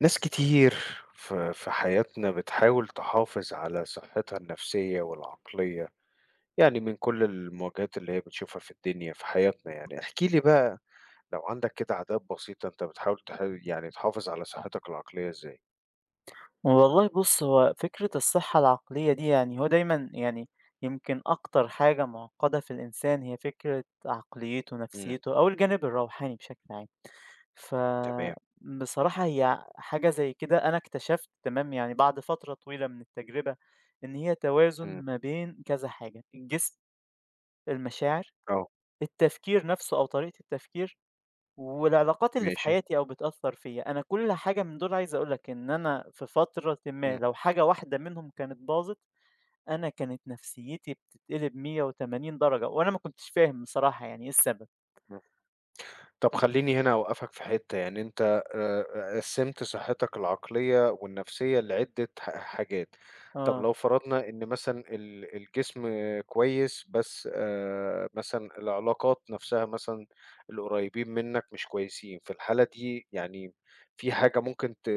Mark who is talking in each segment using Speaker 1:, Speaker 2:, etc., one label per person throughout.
Speaker 1: ناس كتير في حياتنا بتحاول تحافظ على صحتها النفسية والعقلية، يعني من كل المواجهات اللي هي بتشوفها في الدنيا في حياتنا يعني، احكِ لي بقى لو عندك كده عادات بسيطة أنت بتحاول يعني تحافظ على صحتك العقلية إزاي؟
Speaker 2: والله بُص، هو فكرة الصحة العقلية دي يعني هو دايمًا يعني يمكن أكتر حاجة معقّدة في الإنسان هي فكرة عقليته،
Speaker 1: إمم،
Speaker 2: نفسيته أو الجانب الروحاني بشكل عام. ف
Speaker 1: تمام،
Speaker 2: بصراحة هي حاجة زي كده أنا اكتشفت تمام، يعني بعد فترة طويلة من التجربة إن هي توازن
Speaker 1: إمم،
Speaker 2: ما بين كذا حاجة، الجسم، المشاعر،
Speaker 1: آه،
Speaker 2: التفكير نفسه أو طريقة التفكير، والعلاقات اللي في
Speaker 1: ماشي،
Speaker 2: حياتي أو بتأثّر فيّا، أنا كل حاجة من دول عايز أقول لك إن أنا في فترةٍ ما
Speaker 1: إمم،
Speaker 2: لو حاجة واحدة منهم كانت باظت، أنا كانت نفسيّتي بتتقلب 180 درجة، وأنا ما كنتش فاهم بصراحة يعني إيه السبب.
Speaker 1: إمم. طب خلّيني هنا أوقّفك في حتّة، يعني أنت قسّمت صحتك العقلية والنفسية لعدّة حاجات، طب
Speaker 2: آه.
Speaker 1: لو فرضنا إن مثلًا الجسم كويس بس مثلًا العلاقات نفسها مثلًا القريّبين منّك مش كويسين، في الحالة دي يعني في حاجة ممكن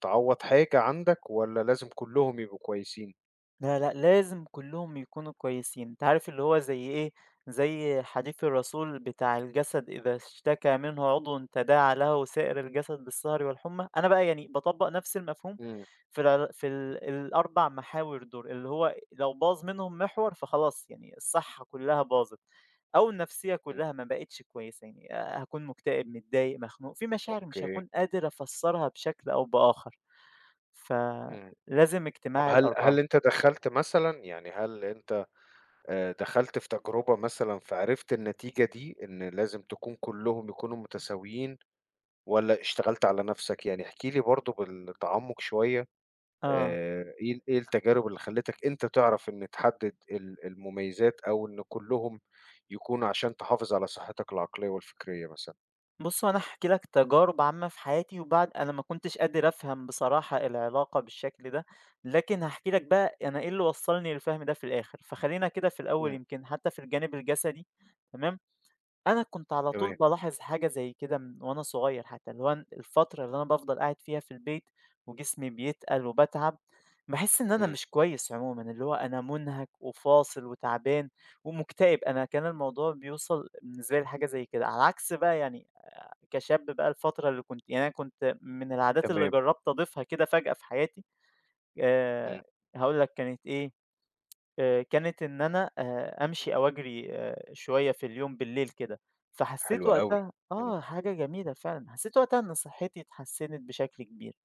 Speaker 1: تعوّض حاجة عندك والّا لازم كلّهم يبقوا كويسين؟
Speaker 2: لا، لأ، لازم كلّهم يكونوا كويسين، أنت عارف اللي هو زي إيه، زي حديث الرسول بتاع الجسد إذا اشتكى منه عضو تداعى له سائر الجسد بالسهر والحمى، أنا بقى يعني باطبّق نفس المفهوم
Speaker 1: إمم،
Speaker 2: في ال4 محاور دول، اللي هو لو باظ منهم محور فخلاص يعني الصحة كلّها باظت، أو النفسية
Speaker 1: إمم،
Speaker 2: كلّها ما بقتش كويسة، يعني هاكون مكتئب، متضايق، مخنوق، في مشاعر مش
Speaker 1: أوكي،
Speaker 2: هاكون قادر أفسّرها بشكل أو بآخر،
Speaker 1: إمم.
Speaker 2: فلازم
Speaker 1: طب
Speaker 2: اجتماع
Speaker 1: هل
Speaker 2: ال4.
Speaker 1: هل أنت دخّلت مثلًا يعني هل أنت دخلت في تجربة مثلًا فعرفت النتيجة دي، إن لازم تكون كلّهم يكونوا متساويين والّا اشتغلت على نَفْسك؟ يعني احكِ لي برضه بالتعمُّق شوية
Speaker 2: آه.
Speaker 1: إيه التجارب اللي خلّتك أنت تعرف إن تحدّد المميزات أو إن كلّهم يكونوا عشان تحافظ على صحّتك العقلية والفكرية مثلًا؟
Speaker 2: بُص، هو أنا هاحكي لك تجارب عامة في حياتي، وبعد أنا ما كنتش قادر أفهم بصراحة العلاقة بالشكل ده، لكن هاحكي لك بقى أنا إيه اللي وصّلني للفهم ده في الآخر. فخلينا كده في الأول
Speaker 1: إمم،
Speaker 2: يمكن حتى في الجانب الجسدي تمام، أنا كنت على طول
Speaker 1: تمام،
Speaker 2: بالاحظ حاجة زي كده من وأنا صغير حتى، اللي هو الفترة اللي أنا بافضل قاعد فيها في البيت وجسمي بيتقل وباتعب، باحس إن أنا
Speaker 1: إمم،
Speaker 2: مش كويس عمومًا، اللي هو أنا مُنهك وفاصل وتعبان ومُكتئب، أنا كان الموضوع بيوصل بالنسبة لي لحاجة زي كده، على عكس بقى يعني كشاب بقى الفترة اللي كنت يعني أنا كنت من العادات اللي
Speaker 1: تمام،
Speaker 2: جرّبت أضيفها كده فجأة في حياتي
Speaker 1: إمم،
Speaker 2: آآ هاقول لك كانت إيه، كانت إن أنا أمشي أو أجري شوية في اليوم بالليل كده، فحسّيت
Speaker 1: حلو أوي،
Speaker 2: وقتها
Speaker 1: إمم،
Speaker 2: آه، حاجة جميلة فعلًا، حسّيت وقتها إن صحّتي اتحسّنت بشكل كبير،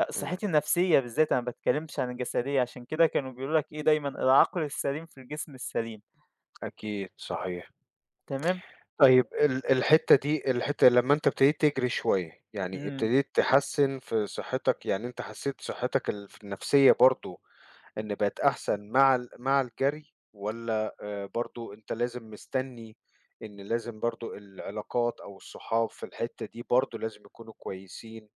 Speaker 1: إمم،
Speaker 2: صحّتي النفسية بالذات أنا ما باتكلّمش عن الجسدية، عشان كده كانوا بيقولوا لك إيه دايمًا العقل السليم في الجسم السليم
Speaker 1: أكيد، صحيح.
Speaker 2: تمام؟
Speaker 1: طيب ال الحتّة دي الحتّة لمّا أنت ابتديت تجري شوية، يعني
Speaker 2: إمم،
Speaker 1: ابتديت تحسّن في صحتك، يعني أنت حسّيت صحتك النفسية برضه إن بقت أحسن مع مع الجري والّا برضه أنت لازم مستنّي إن لازم برضه العلاقات أو الصحاب في الحتّة دي برضه لازم يكونوا كويسين،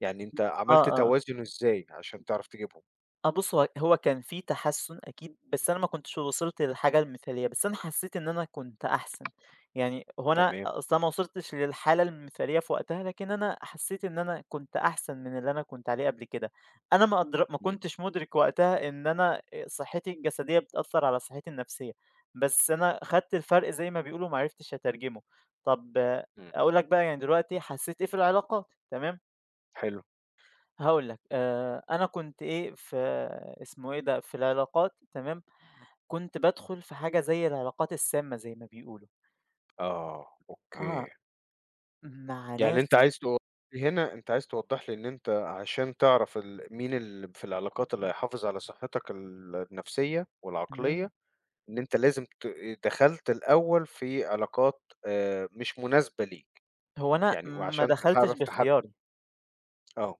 Speaker 1: يعني أنت
Speaker 2: آه،
Speaker 1: عملت
Speaker 2: آه.
Speaker 1: توازن إزاي عشان تعرف تجيبهم؟
Speaker 2: آه بُص، هو كان في تحسُّن أكيد، بس أنا ما كنتش وصلت للحاجة المثالية، بس أنا حسّيت إن أنا كنت أحسن. يعني هو أنا
Speaker 1: تمام،
Speaker 2: أصل أنا ما وصلتش للحالة المثالية في وقتها، لكن أنا حسّيت إن أنا كنت أحسن من اللي أنا كنت عليه قبل كده. أنا ما أدر ما
Speaker 1: إمم،
Speaker 2: كنتش مُدرِك وقتها إن أنا صحّتي الجسدية بتأثّر على صحّتي النفسية، بس أنا خدت الفرق زي ما بيقولوا ما عرفتش أترجمه. طَب آه،
Speaker 1: إمم،
Speaker 2: أقول لك بقى يعني دلوقتي حسّيت إيه في العلاقات، تمام؟
Speaker 1: حلو،
Speaker 2: هاقول لك، أنا كنت إيه، في اسمه إيه ده، في العلاقات تمام، كنت بادخل في حاجة زي العلاقات السامة زي ما بيقولوا،
Speaker 1: آه،
Speaker 2: آه.
Speaker 1: أوكي.
Speaker 2: مع
Speaker 1: يعني
Speaker 2: ناس
Speaker 1: أنت عايز توضّح لي إن أنت عشان تعرف مين اللي في العلاقات اللي هيحافظ على صحتك النفسية والعقلية،
Speaker 2: إمم،
Speaker 1: إن أنت لازم دخلت الأول في علاقات مش مناسبة ليك،
Speaker 2: هو أنا
Speaker 1: يعني
Speaker 2: ما
Speaker 1: وعشان
Speaker 2: دخلتش
Speaker 1: تعرف تحدد
Speaker 2: باختياري،
Speaker 1: آه،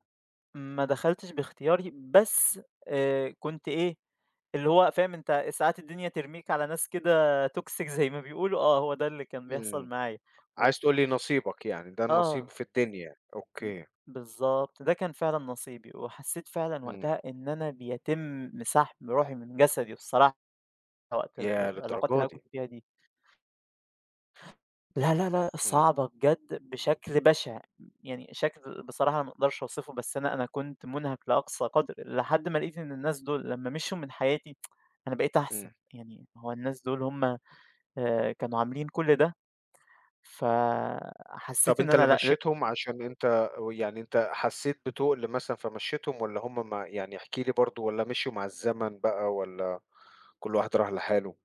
Speaker 2: ما دخلتش باختياري، بس كنت إيه، اللي هو فاهم أنت ساعات الدنيا ترميك على ناس كده toxic زي ما بيقولوا، آه، هو ده اللي كان بيحصل
Speaker 1: إمم،
Speaker 2: معايا، و
Speaker 1: عايز تقول لي نصيبك يعني، ده النصيب
Speaker 2: آه.
Speaker 1: في الدنيا، يعني.
Speaker 2: إمم،
Speaker 1: أوكي،
Speaker 2: بالضبط، ده كان فعلًا نصيبي، وحسيت فعلًا
Speaker 1: إمم،
Speaker 2: وقتها إن أنا بيتم سحب روحي من جسدي بصراحة وقت
Speaker 1: ياه
Speaker 2: العلاقات اللي
Speaker 1: للدرجة
Speaker 2: أنا
Speaker 1: دي!
Speaker 2: كنت فيها دي. لا، لا، لأ،
Speaker 1: إمم،
Speaker 2: صعبة بجد بشكل بشع، يعني شكل بصراحة أنا ما أقدرش أوصفه، بس أنا كنت منهك لأقصى قدر، لحد ما لقيت إن الناس دول لمّا مشيوا من حياتي أنا بقيت
Speaker 1: إمم.
Speaker 2: أحسن، يعني هو الناس دول هُم كانوا عاملين كل ده،
Speaker 1: طب
Speaker 2: فحسيت إن
Speaker 1: أنت اللي
Speaker 2: أنا لأ،
Speaker 1: مشّيتهم عشان أنت ويعني أنت حسّيت بتُقل مثلًا فمشّيتهم والّا هم ما يعني احكِ لي برضه والّا مشيوا مع الزمن بقى والّا كل واحد راح لحاله؟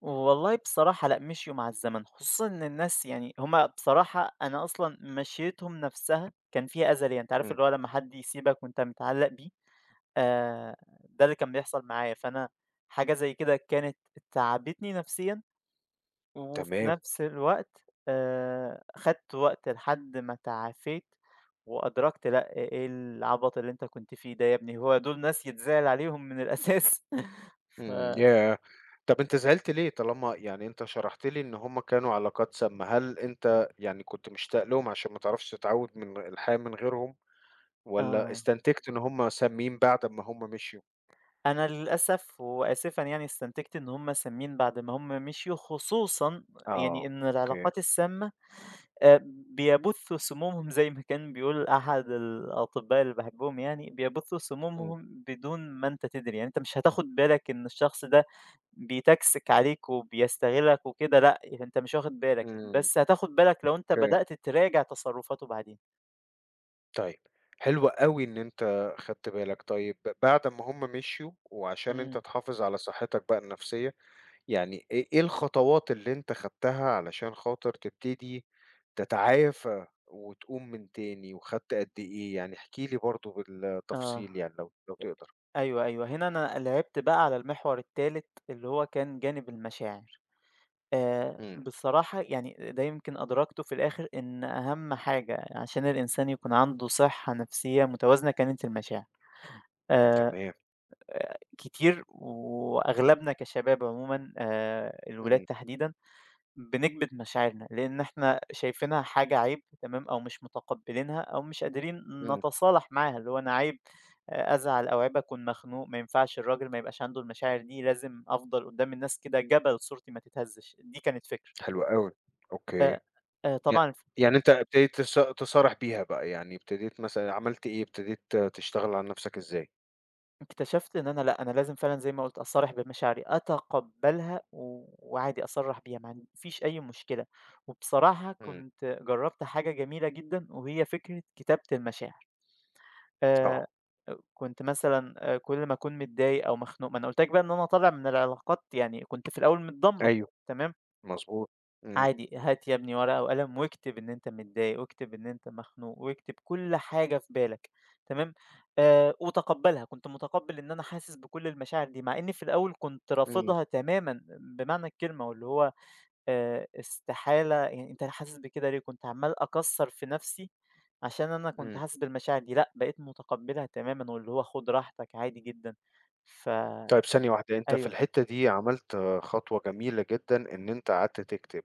Speaker 2: والله بصراحة لأ، مشيوا مع الزمن، خصوصًا إن الناس يعني هم بصراحة أنا أصلًا مشيتهم نفسها كان فيها أذى ليّا، أنت عارف
Speaker 1: إمم،
Speaker 2: اللي هو لمّا حد يسيبك وأنت متعلق بيه، آآ، ده اللي كان بيحصل معايا، فأنا حاجة زي كده كانت تعبتني نفسيًا، وفي
Speaker 1: تمام،
Speaker 2: نفس الوقت خدت وقت لحد ما تعافيت وأدركت لأ، إيه العبط اللي أنت كنت فيه ده يا ابني، هو دول ناس يتزعل عليهم من الأساس ف
Speaker 1: إمم، ياه! طب أنت زعلت ليه طالما يعني أنت شرحت لي إن هم كانوا علاقات سامة، هل أنت يعني كنت مشتاق لهم عشان ما تعرفش تتعوّد من الحياة من غيرهم والّا
Speaker 2: آه.
Speaker 1: استنتجت إن هم سامين بعد أمّا هم مشيوا؟
Speaker 2: أنا للأسف وآسفًا يعني استنتجت إن هم سامين بعد ما هم مشيوا، خصوصًا يعني
Speaker 1: آه،
Speaker 2: إن
Speaker 1: أوكي،
Speaker 2: العلاقات السامة آآ بيبثوا سمومهم زي ما كان بيقول أحد الأطباء اللي باحبهم يعني، بيبثوا
Speaker 1: إمم،
Speaker 2: سمومهم بدون ما أنت تدري، يعني أنت مش هتاخد بالك إن الشخص ده بيتكسِك عليك وبيستغلك وكده لأ، يعني أنت مش واخد بالك،
Speaker 1: إمم،
Speaker 2: بس هتاخد بالك لو أنت
Speaker 1: أوكي.
Speaker 2: بدأت تراجع تصرفاته بعدين.
Speaker 1: طيب، حلو أوي إن أنت خدت بالك، طيب بعد ما هم مشيوا وعشان أنت
Speaker 2: إمم،
Speaker 1: تحافظ على صحتك بقى النفسية، يعني إيه الخطوات اللي أنت خدتها علشان خاطر تبتدي تتعافى وتقوم من تاني وخدت قد إيه؟ يعني احكِ لي برضه
Speaker 2: آه.
Speaker 1: بالتفصيل يعني لو لو تقدر.
Speaker 2: أيوه، أيوه. هنا أنا لعبت بقى على المحور التالت اللي هو كان جانب المشاعر.
Speaker 1: إمم،
Speaker 2: بصراحة يعني ده يمكن أدركته في الآخر إن أهم حاجة عشان الإنسان يكون عنده صحة نفسية متوازنة كانت المشاعر. آآ
Speaker 1: تمام،
Speaker 2: كتير وأغلبنا كشباب عمومًا الولاد
Speaker 1: إمم،
Speaker 2: تحديدًا بنكبت مشاعرنا، لإن إحنا شايفينها حاجة عيب تمام، أو مش متقبلينها أو مش قادرين
Speaker 1: إمم،
Speaker 2: نتصالح معاها، اللي هو أنا عيب أزعل أو عيب أكون مخنوق، ما ينفعش الراجل ما يبقاش عنده المشاعر دي، لازم أفضل قدّام الناس كده جبل صورتي ما تتهزش، دي كانت فكرة.
Speaker 1: حلو أوي،
Speaker 2: آآ
Speaker 1: أوكي. يع
Speaker 2: طبعًا
Speaker 1: يعني أنت ابتديت تصارح بيها بقى، يعني ابتديت مثلًا عملت إيه، ابتديت تشتغل على نفسك إزاي؟
Speaker 2: اكتشفت إن أنا لأ، أنا لازم فعلًا زي ما قُلت أصارح بمشاعري، أتقبلها وعادي أصرّح بيها، ما عنديش أي مشكلة، وبصراحة
Speaker 1: إمم،
Speaker 2: كنت جرّبت حاجة جميلة جدًا وهي فكرة كتابة المشاعر. آآ،
Speaker 1: آه،
Speaker 2: كنت مثلًا كل ما أكون متضايق أو مخنوق ما أنا قُلت لك بقى إن أنا طالع من العلاقات يعني كنت في الأول متدمّر،
Speaker 1: أيوه.
Speaker 2: تمام،
Speaker 1: مضبوط، إمم،
Speaker 2: عادي هات يا ابني ورقة وقلم واكتب إن أنت متضايق، واكتب إن أنت مخنوق، واكتب كل حاجة في بالك، تمام، وتقبّلها، كنت متقبّل إن أنا حاسس بكل المشاعر دي، مع إني في الأول كنت
Speaker 1: إمم،
Speaker 2: رافضها تمامًا بمعنى الكلمة، واللي هو استحالة يعني أنت حاسس بكده ليه؟ كنت عمّال أكَّثر في نَفْسي عشان أنا كنت
Speaker 1: إمم.
Speaker 2: حاسس بالمشاعر دي، لأ بقيت متقبّلها تمامًا واللي هو خُد راحتك عادي جدًا. فأيوه.
Speaker 1: طيب ثانية واحدة، أنت في الحتّة دي عملت خطوة جميلة جدًا إن أنت قعدت تكتب،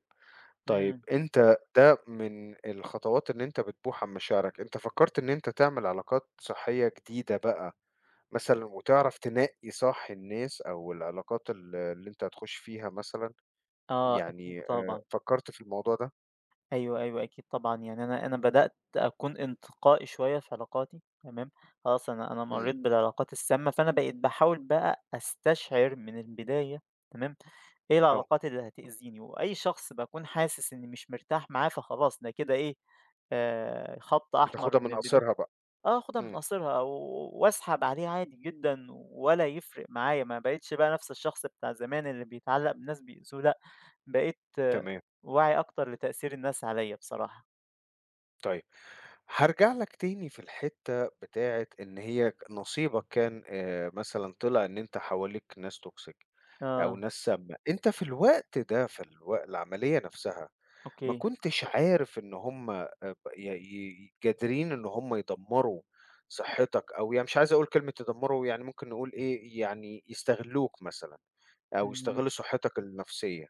Speaker 1: طيب
Speaker 2: إمم.
Speaker 1: أنت ده من الخطوات إن أنت بتبوح عن مشاعرك، أنت فكّرت إن أنت تعمل علاقات صحية جديدة بقى مثلًا وتعرف تنقّي صح الناس أو العلاقات اللي أنت هتخُش فيها مثلًا،
Speaker 2: آه أكيد
Speaker 1: يعني
Speaker 2: طبعًا.
Speaker 1: فكّرت في الموضوع ده؟
Speaker 2: أيوه، أيوه، أكيد طبعًا، يعني أنا بدأت أكون انتقائي شوية في علاقاتي تمام، خلاص أنا
Speaker 1: إمم،
Speaker 2: مرّيت بالعلاقات السامة، فأنا بقيت باحاول بقى أستشعر من البداية تمام، إيه
Speaker 1: آه،
Speaker 2: العلاقات اللي هتأذيني، وأي شخص باكون حاسس إني مش مرتاح معاه فخلاص ده كده إيه، خط أحمر
Speaker 1: بتاخدها
Speaker 2: من
Speaker 1: من قصيرها
Speaker 2: البداية.
Speaker 1: بقى،
Speaker 2: آه، آخُدها من
Speaker 1: إمم،
Speaker 2: قصيرها وأسحب عليه عادي جدًا ولا يفرق معايا، ما بقيتش بقى نَفْس الشخص بتاع زمان اللي بيتعلّق بناس بيأذوه لأ، بقيت آه،
Speaker 1: تمام.
Speaker 2: واعي أكتر لتأثير الناس عليّا بصراحة.
Speaker 1: طيب، هارجع لك تاني في الحتّة بتاعة إن هي نصيبك كان مثلًا طلع إن أنت حواليك ناس toxic أو
Speaker 2: آه،
Speaker 1: ناس سامة، أنت في الوقت ده في العملية نفسها ما
Speaker 2: أوكي.
Speaker 1: كنتش عارف إن هُم ب ي ي قادرين إن هُم يدمّروا صحتك أو يعني مش عايز أقول كلمة يدمّروا يعني ممكن نقول إيه، يعني يستغلوك مثلًا. أو
Speaker 2: إمم،
Speaker 1: يستغلّوا صحتك النفسية.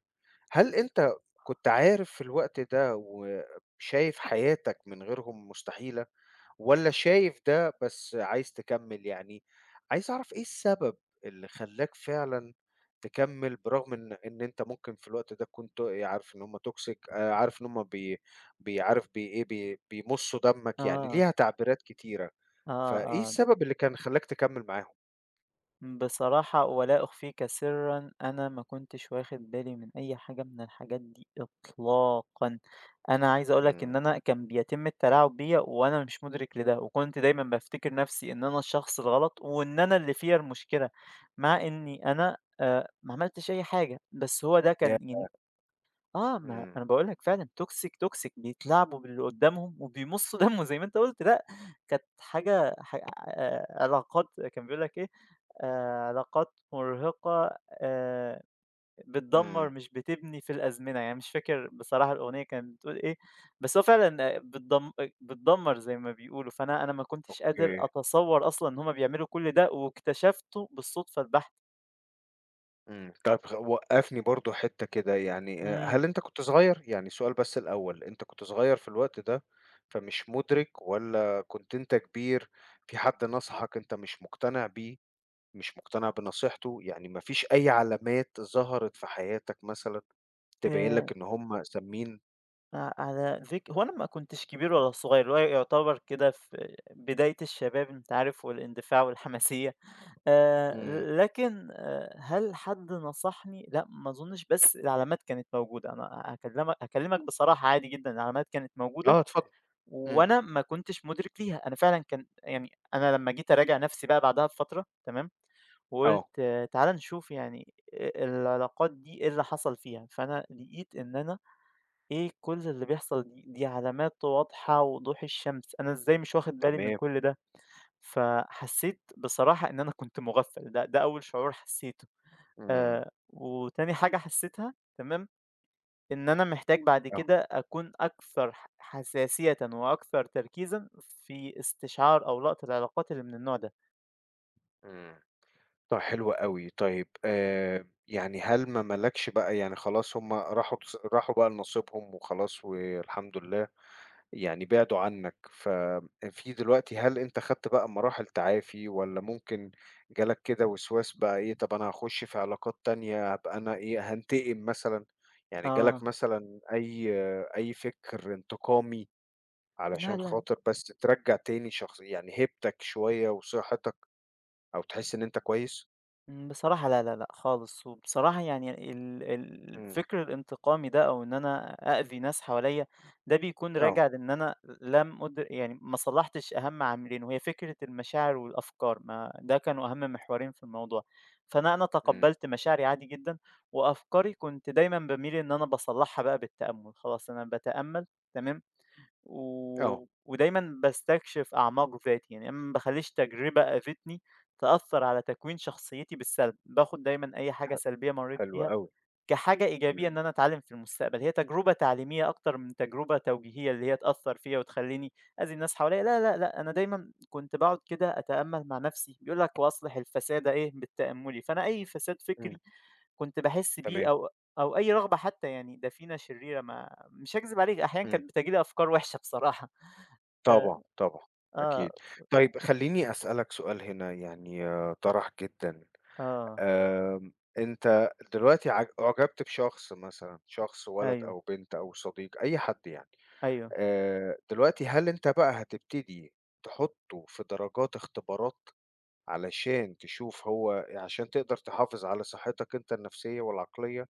Speaker 1: هل أنت كنت عارف في الوقت ده وشايف حياتك من غيرهم مستحيلة، والّا شايف ده بس عايز تكمّل؟ يعني عايز أعرف إيه السبب اللي خلّاك فعلًا تكمّل برغم إن أنت ممكن في الوقت ده كنت عارف إن هم toxic عارف إن هم بي بي عارف بي إيه، بي بيمُصّوا دمّك، يعني
Speaker 2: آه،
Speaker 1: ليها تعبيرات كتيرة،
Speaker 2: آه،
Speaker 1: فإيه
Speaker 2: آه.
Speaker 1: السبب اللي كان خلّاك تكمّل معاهم؟
Speaker 2: بصراحة ولا أخفيك سرًا، أنا ما كنتش واخد بالي من أي حاجة من الحاجات دي إطلاقًا، أنا عايز أقول لك
Speaker 1: إمم.
Speaker 2: إن أنا كان بيتم التلاعب بيّا وأنا مش مدرك لده، وكنت دايمًا بافتكر نفسي إن أنا الشخص الغلط وإن أنا اللي فيّا المشكلة، مع إني أنا ما عملتش أي حاجة، بس هو ده
Speaker 1: ياه!
Speaker 2: كان يعني آه، ما
Speaker 1: إمم،
Speaker 2: أنا باقول لك فعلًا toxic بيتلاعبوا باللي قدّامهم وبيمصّوا دمه زي ما أنت قُلت، لأ كانت حاجة ح علاقات كان بيقول لك إيه علاقات مُرهقة بتدمّر
Speaker 1: إمم،
Speaker 2: مش بتبني في الأزمنة، يعني مش فاكر بصراحة الأغنية كانت بتقول إيه، بس هو فعلًا آه، بتدمّر زي ما بيقولوا، فأنا أنا ما كنتش قادر
Speaker 1: أوكي.
Speaker 2: أتصوّر أصلًا إن هُم بيعملوا كل ده واكتشفته بالصدفة البحتة.
Speaker 1: إمم، طب وقّفني برضه حتّة كده، يعني هل
Speaker 2: إمم.
Speaker 1: أنت كنت صغير؟ يعني سؤال بس الأول، أنت كنت صغير في الوقت ده فمش مُدرك والّا كنت أنت كبير، في حد نصحك أنت مش مقتنع بيه، مش مقتنع بنصيحته، يعني ما فيش أي علامات ظهرت في حياتك مثلًا تبيّن
Speaker 2: آآ
Speaker 1: لك إن هم سامين؟
Speaker 2: على فك هو أنا ما كنتش كبير ولا صغير، اللي هو يعتبر كده في بداية الشباب أنت عارف والاندفاع والحماسية،
Speaker 1: إمم،
Speaker 2: ل لكن هل حد نصحني؟ لأ ما أظنش، بس العلامات كانت موجودة، أنا هاكلمك بصراحة عادي جدًا، العلامات كانت موجودة
Speaker 1: آه اتفضل، إمم،
Speaker 2: وأنا ما كنتش مدرك ليها، أنا فعلًا كان يعني أنا لمّا جيت أراجع نفسي بقى بعدها بفترة تمام، وقُلت
Speaker 1: آه،
Speaker 2: آه، تعالَ نشوف يعني العلاقات دي إيه اللي حصل فيها، فأنا لقيت إن أنا إيه كل اللي بيحصل دي علامات واضحة وضوح الشمس، أنا إزاي مش واخد بالي من
Speaker 1: تمام،
Speaker 2: كل ده؟ فحسيت بصراحة إن أنا كنت مُغفّل، ده أول شعور حسيته.
Speaker 1: إمم،
Speaker 2: وتاني حاجة حسيتها تمام، إن أنا محتاج بعد
Speaker 1: آه،
Speaker 2: كده أكون أكثر حساسيةً وأكثر تركيزًا في استشعار أو لقط العلاقات اللي من النوع ده.
Speaker 1: إمم. طب حلو أوي، طيب يعني هل ما مالكش بقى يعني خلاص هُم راحوا راحوا بقى لنصيبهم وخلاص والحمد لله، يعني بعدوا عنك، في دلوقتي هل أنت خدت بقى مراحل تعافي والّا ممكن جالك كده وسواس بقى إيه، طب أنا هاخش في علاقات تانية، هابقى أنا إيه، هانتقم مثلًا، يعني جالك
Speaker 2: آه.
Speaker 1: مثلًا أي فكر انتقامي
Speaker 2: لا،
Speaker 1: علشان
Speaker 2: لا.
Speaker 1: خاطر بس ترجّع تاني شخص يعني هيبتك شوية وصحتك أو تحس إن أنت كويس؟
Speaker 2: إمم، بصراحة لا، لا، لأ خالص، وبصراحة يعني ال ال
Speaker 1: إمم،
Speaker 2: الفكر الانتقامي ده أو إن أنا أأذي ناس حواليّا، ده بيكون
Speaker 1: آه.
Speaker 2: راجع لإن أنا لم أد يعني ما صلّحتش أهم عاملين، وهي فكرة المشاعر والأفكار، ما ده كانوا أهم محورين في الموضوع، فأنا أنا
Speaker 1: إمم،
Speaker 2: تقبّلت مشاعري عادي جدًا، وأفكاري كنت دايمًا باميل إن أنا باصلّحها بقى بالتأمُّل، خلاص أنا باتأمّل تمام،
Speaker 1: آه،
Speaker 2: ودايمًا باستكشف أعماق ذاتي، يعني أنا ما باخلّيش تجربة قافتني تأثّر على تكوين شخصيتي بالسلب، باخد دايمًا أي
Speaker 1: ح
Speaker 2: حاجة سلبية مرّيت
Speaker 1: حلو
Speaker 2: بيها
Speaker 1: أوي،
Speaker 2: كحاجة إيجابية
Speaker 1: إمم،
Speaker 2: إن أنا أتعلّم في المستقبل، هي تجربة تعليمية أكتر من تجربة توجيهية اللي هي تأثّر فيّا وتخلّيني أذي الناس حواليّا، لا، لا، لأ، أنا دايمًا كنت باقعد كده أتأمّل مع نفسي، بيقول لك: "وأصلح الفساد إيه بالتأمّل." فأنا أي فساد
Speaker 1: إمم،
Speaker 2: فكري كنت باحس
Speaker 1: تمام،
Speaker 2: بيه أو أو أي رغبة حتى يعني دفينة شريرة ما مش هاكذب عليك أحيانًا
Speaker 1: إمم،
Speaker 2: كانت بتيجي لي أفكار وِحشة بصراحة. آآ
Speaker 1: طبعًا، طبعًا، أكيد.
Speaker 2: آه،
Speaker 1: طيب خلّيني أسألك سؤال هنا يعني آه، طرح جدًا،
Speaker 2: آه،
Speaker 1: أنت دلوقتي أُعجبت بشخص مثلًا، شخص ولد
Speaker 2: أيوه،
Speaker 1: أو بنت أو صديق أي حد يعني،
Speaker 2: أيوه
Speaker 1: دلوقتي هل أنت بقى هتبتدي تحطّه في درجات اختبارات علشان تشوف هو عشان تقدر تحافظ على صحتك أنت النفسية والعقلية؟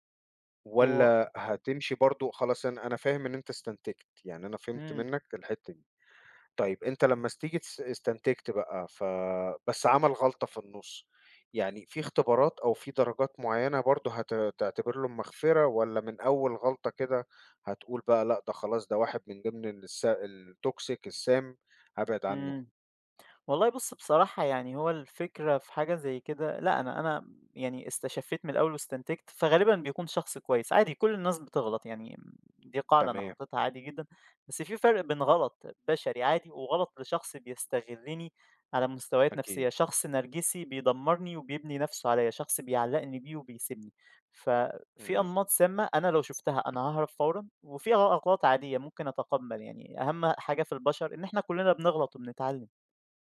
Speaker 2: و
Speaker 1: والّا هتمشي برضه خلاص أنا فاهم إن أنت استنتجت، يعني أنا فهمت
Speaker 2: إمم،
Speaker 1: منّك الحتّة دي. طيب أنت لمّا تيجي استنتجت بقى بس عمل غلطة في النُص، يعني في اختبارات أو في درجات معيّنة برضه تعتبر له المغفرة والّا من أول غلطة كده هتقول بقى لأ ده خلاص ده واحد من ضمن الtoxic السام هابعد عنّه؟
Speaker 2: إمم. والله بُص بصراحة يعني هو الفكرة في حاجة زي كده لأ، أنا يعني استشفيت من الأول واستنتجت، فغالبًا بيكون شخص كويس، عادي كل الناس بتغلط يعني دي قاعدة أنا
Speaker 1: تمام،
Speaker 2: حاططها عادي جدًا، بس في فرق بين غلط بشري عادي وغلط لشخص بيستغلني على مستويات
Speaker 1: أكيد.
Speaker 2: نفسية، شخص نرجسي بيدمرني وبيبني نفسه عليّا، شخص بيعلقني بيه وبيسيبني، ففي
Speaker 1: إمم.
Speaker 2: أنماط سامة أنا لو شُفتها أنا هاهرب فورًا، وفي أغلاط عادية ممكن أتقبل يعني أهم حاجة في البشر إن إحنا كلنا بنغلط وبنتعلم.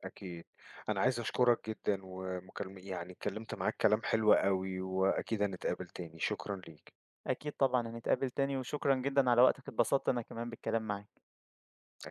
Speaker 1: أكيد. أنا عايز أشكرك جدًا يعني اتكلّمت معاك كلام حلو أوي وأكيد هنتقابل تاني، شكرًا ليك.
Speaker 2: أكيد طبعًا، هنتقابل تاني وشكرًا جدًا على وقتك، اتبسطت أنا كمان بالكلام معاك.